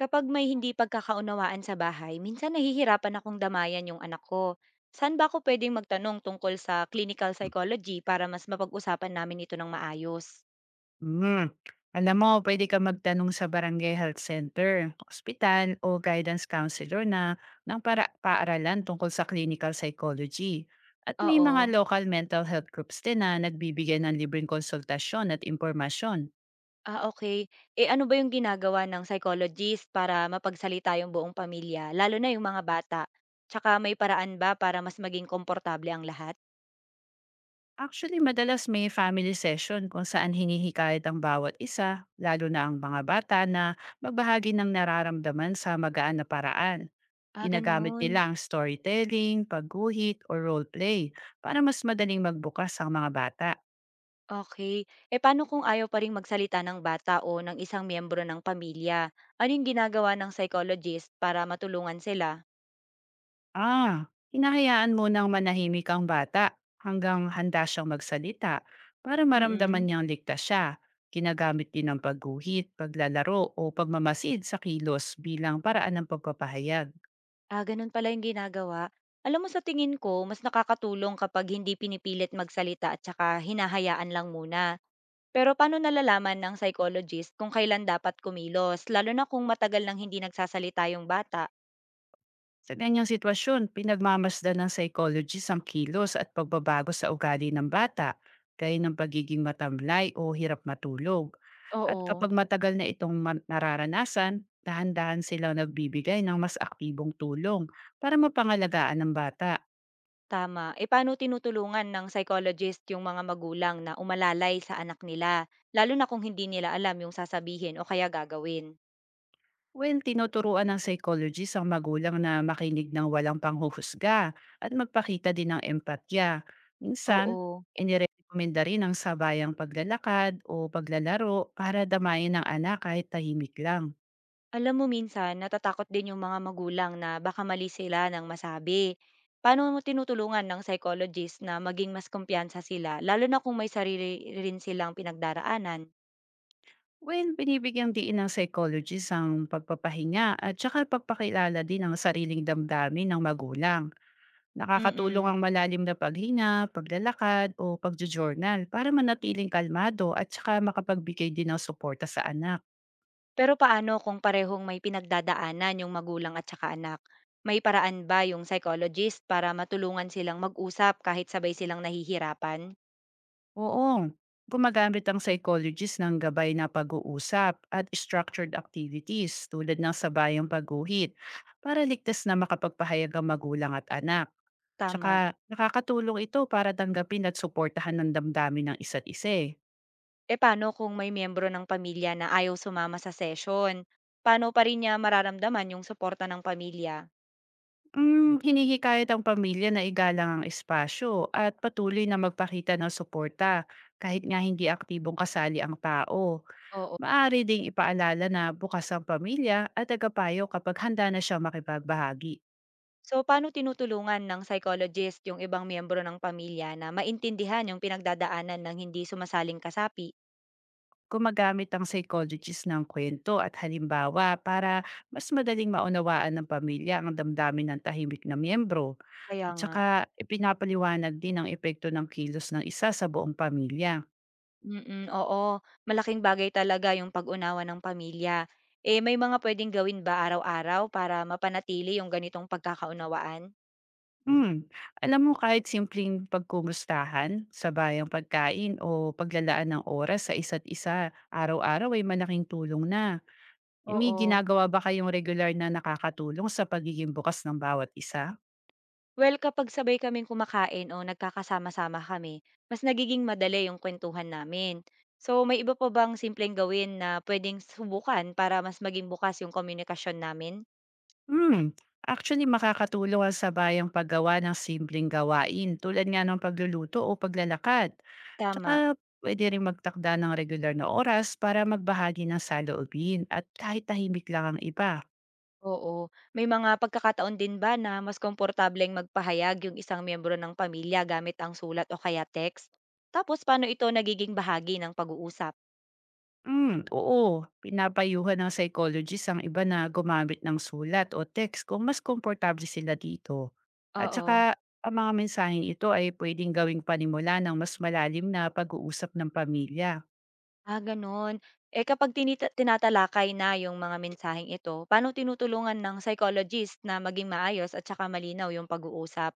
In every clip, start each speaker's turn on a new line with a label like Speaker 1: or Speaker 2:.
Speaker 1: Kapag may hindi pagkakaunawaan sa bahay, minsan nahihirapan akong damayan yung anak ko. Saan ba ako pwedeng magtanong tungkol sa clinical psychology para mas mapag-usapan namin ito ng maayos?
Speaker 2: Hmm, alam mo pwede ka magtanong sa barangay health center, ospital o guidance counselor na ng para paaralan tungkol sa clinical psychology. At may mga
Speaker 1: Oo.
Speaker 2: local mental health groups din na nagbibigay ng libreng konsultasyon at impormasyon.
Speaker 1: Ah, okay. Eh ano ba yung ginagawa ng psychologist para mapagsalita yung buong pamilya, lalo na yung mga bata? Tsaka may paraan ba para mas maging komportable ang lahat?
Speaker 2: Actually, madalas may family session kung saan hinihikayat ang bawat isa, lalo na ang mga bata na magbahagi ng nararamdaman sa magaan na paraan.
Speaker 1: Ah,
Speaker 2: Ginagamit
Speaker 1: ganun.
Speaker 2: nila ang storytelling, pagguhit, o roleplay para mas madaling magbukas ang mga bata.
Speaker 1: Okay. Eh, paano kung ayaw pa ring magsalita ng bata o ng isang miyembro ng pamilya? Ano yung ginagawa ng psychologist para matulungan sila?
Speaker 2: Ah, hinahayaan mo nang manahimik ang bata hanggang handa siyang magsalita para maramdaman
Speaker 1: Mm.
Speaker 2: niyang ligtas siya. Ginagamit din ang pagguhit, paglalaro o pagmamasid sa kilos bilang paraan ng pagpapahayag.
Speaker 1: Ah, ganun pala yung ginagawa. Alam mo sa tingin ko, mas nakakatulong kapag hindi pinipilit magsalita at saka hinahayaan lang muna. Pero paano nalalaman ng psychologist kung kailan dapat kumilos, lalo na kung matagal nang hindi nagsasalita yung bata?
Speaker 2: Sa ganyang sitwasyon, pinagmamasdan ng psychologist ang kilos at pagbabago sa ugali ng bata, gaya ng pagiging matamlay o hirap matulog. At
Speaker 1: Oo.
Speaker 2: kapag matagal na nararanasan, dahan-dahan silang nagbibigay ng mas aktibong tulong para mapangalagaan ng bata.
Speaker 1: Tama. Eh, paano tinutulungan ng psychologist yung mga magulang na umalalay sa anak nila, lalo na kung hindi nila alam yung sasabihin o kaya gagawin?
Speaker 2: Well, tinuturuan ng psychologist ang magulang na makinig ng walang panghuhusga at magpakita din ng empatya. Minsan,
Speaker 1: Oo.
Speaker 2: inirekomenda rin ang sabayang paglalakad o paglalaro para damayin ng anak kahit tahimik lang.
Speaker 1: Alam mo minsan, natatakot din yung mga magulang na baka mali sila ng masabi. Paano mo tinutulungan ng psychologist na maging mas kumpiyansa sila, lalo na kung may sarili rin silang pinagdaraanan?
Speaker 2: Well, binibigyang diin ng psychologist ang pagpapahinga at saka pagpakilala din ng sariling damdamin ng magulang. Nakakatulong
Speaker 1: Mm-mm.
Speaker 2: ang malalim na paghinga, paglalakad o pagjo-journal para manatiling kalmado at saka makapagbigay din ng suporta sa anak.
Speaker 1: Pero paano kung parehong may pinagdadaanan yung magulang at saka anak? May paraan ba yung psychologist para matulungan silang mag-usap kahit sabay silang nahihirapan?
Speaker 2: Oo, gumagamit ang psychologist ng gabay na pag-uusap at structured activities tulad ng sabayang pagguhit para ligtas na makapagpahayag ang magulang at anak.
Speaker 1: Tama.
Speaker 2: Tsaka nakakatulong ito para tanggapin at suportahan ng damdamin ng isa't isa. Eh.
Speaker 1: E paano kung may miyembro ng pamilya na ayaw sumama sa session? Paano pa rin niya mararamdaman yung suporta ng pamilya?
Speaker 2: Mm, hinihikayat ang pamilya na igalang ang espasyo at patuloy na magpakita ng suporta kahit nga hindi aktibong kasali ang tao.
Speaker 1: Oo.
Speaker 2: Maaari ding ipaalala na bukas ang pamilya at tagapayo kapag handa na siya makipagbahagi.
Speaker 1: So, paano tinutulungan ng psychologist yung ibang miyembro ng pamilya na maintindihan yung pinagdadaanan ng hindi sumasaling kasapi?
Speaker 2: Gumagamit ang psychologist ng kwento at halimbawa para mas madaling maunawaan ng pamilya ang damdamin ng tahimik na miyembro.
Speaker 1: Kaya
Speaker 2: At
Speaker 1: nga.
Speaker 2: saka ipinapaliwanag din ang epekto ng kilos ng isa sa buong pamilya.
Speaker 1: Mm, oo. Malaking bagay talaga yung pag-unawa ng pamilya. Eh, may mga puwedeng gawin ba araw-araw para mapanatili yung ganitong pagkakaunawaan?
Speaker 2: Hmm. Alam mo kahit simpleng pagkumustahan, sabayang pagkain o paglalaan ng oras sa isa't isa, araw-araw ay malaking tulong na. May
Speaker 1: Oo.
Speaker 2: ginagawa ba kayong regular na nakakatulong sa pagiging bukas ng bawat isa?
Speaker 1: Well, kapag sabay kaming kumakain o nagkakasama-sama kami, mas nagiging madali yung kwentuhan namin. So, may iba pa bang simpleng gawin na pwedeng subukan para mas maging bukas yung komunikasyon namin?
Speaker 2: Hmm, actually makakatulong ang sabayang paggawa ng simpleng gawain tulad nga ng pagluluto o paglalakad.
Speaker 1: Tama.
Speaker 2: Tsaka pwede rin magtakda ng regular na oras para magbahagi ng saloobin at kahit tahimik lang ang iba.
Speaker 1: Oo. May mga pagkakataon din ba na mas komportableng magpahayag yung isang miyembro ng pamilya gamit ang sulat o kaya text? Tapos paano ito nagiging bahagi ng pag-uusap?
Speaker 2: Oo. Pinapayuhan ng psychologist ang iba na gumamit ng sulat o text kung mas komportable sila dito. At
Speaker 1: Oo.
Speaker 2: saka, ang mga mensaheng ito ay pwedeng gawing panimula ng mas malalim na pag-uusap ng pamilya.
Speaker 1: Ah, ganun. Eh kapag tinatalakay na yung mga mensaheng ito, paano tinutulungan ng psychologist na maging maayos at saka malinaw yung pag-uusap?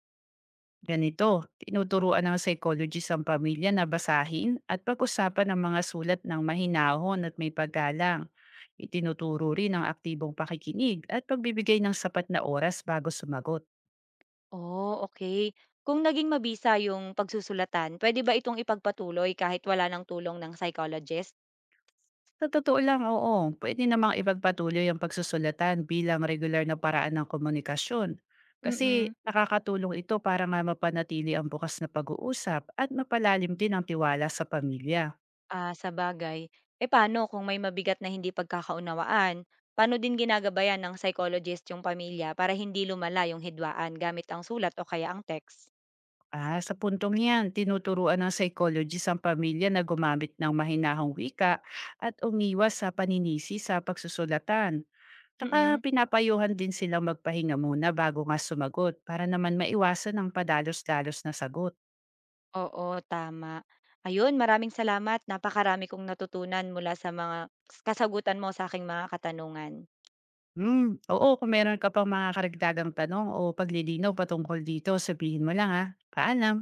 Speaker 2: Ganito, tinuturuan ng psychologist ang pamilya na basahin at pag-usapan ang mga sulat ng mahinahon at may paggalang. Itinuturo rin ang aktibong pakikinig at pagbibigay ng sapat na oras bago sumagot.
Speaker 1: Oh, okay. Kung naging mabisa yung pagsusulatan, pwede ba itong ipagpatuloy kahit wala ng tulong ng psychologist?
Speaker 2: Sa totoo lang, oo. Puwede namang ipagpatuloy ang pagsusulatan bilang regular na paraan ng komunikasyon. Kasi
Speaker 1: Mm-mm.
Speaker 2: nakakatulong ito para nga mapanatili ang bukas na pag-uusap at mapalalim din ang tiwala sa pamilya.
Speaker 1: Ah, sabagay. Eh, paano kung may mabigat na hindi pagkakaunawaan? Paano din ginagabayan ng psychologist yung pamilya para hindi lumala yung hidwaan gamit ang sulat o kaya ang text?
Speaker 2: Ah, sa puntong yan, tinuturuan ng psychologist ang pamilya na gumamit ng mahinahong wika at umiwas sa paninisi sa pagsusulatan. Tsaka
Speaker 1: Mm.
Speaker 2: pinapayuhan din silang magpahinga muna bago nga sumagot para naman maiwasan ang padalos-dalos na sagot.
Speaker 1: Oo, tama. Ayun, maraming salamat. Napakarami kong natutunan mula sa mga kasagutan mo sa aking mga katanungan.
Speaker 2: Oo kung meron ka pang mga karagdagang tanong o paglilinaw patungkol dito sabihin mo lang, ha. Paalam.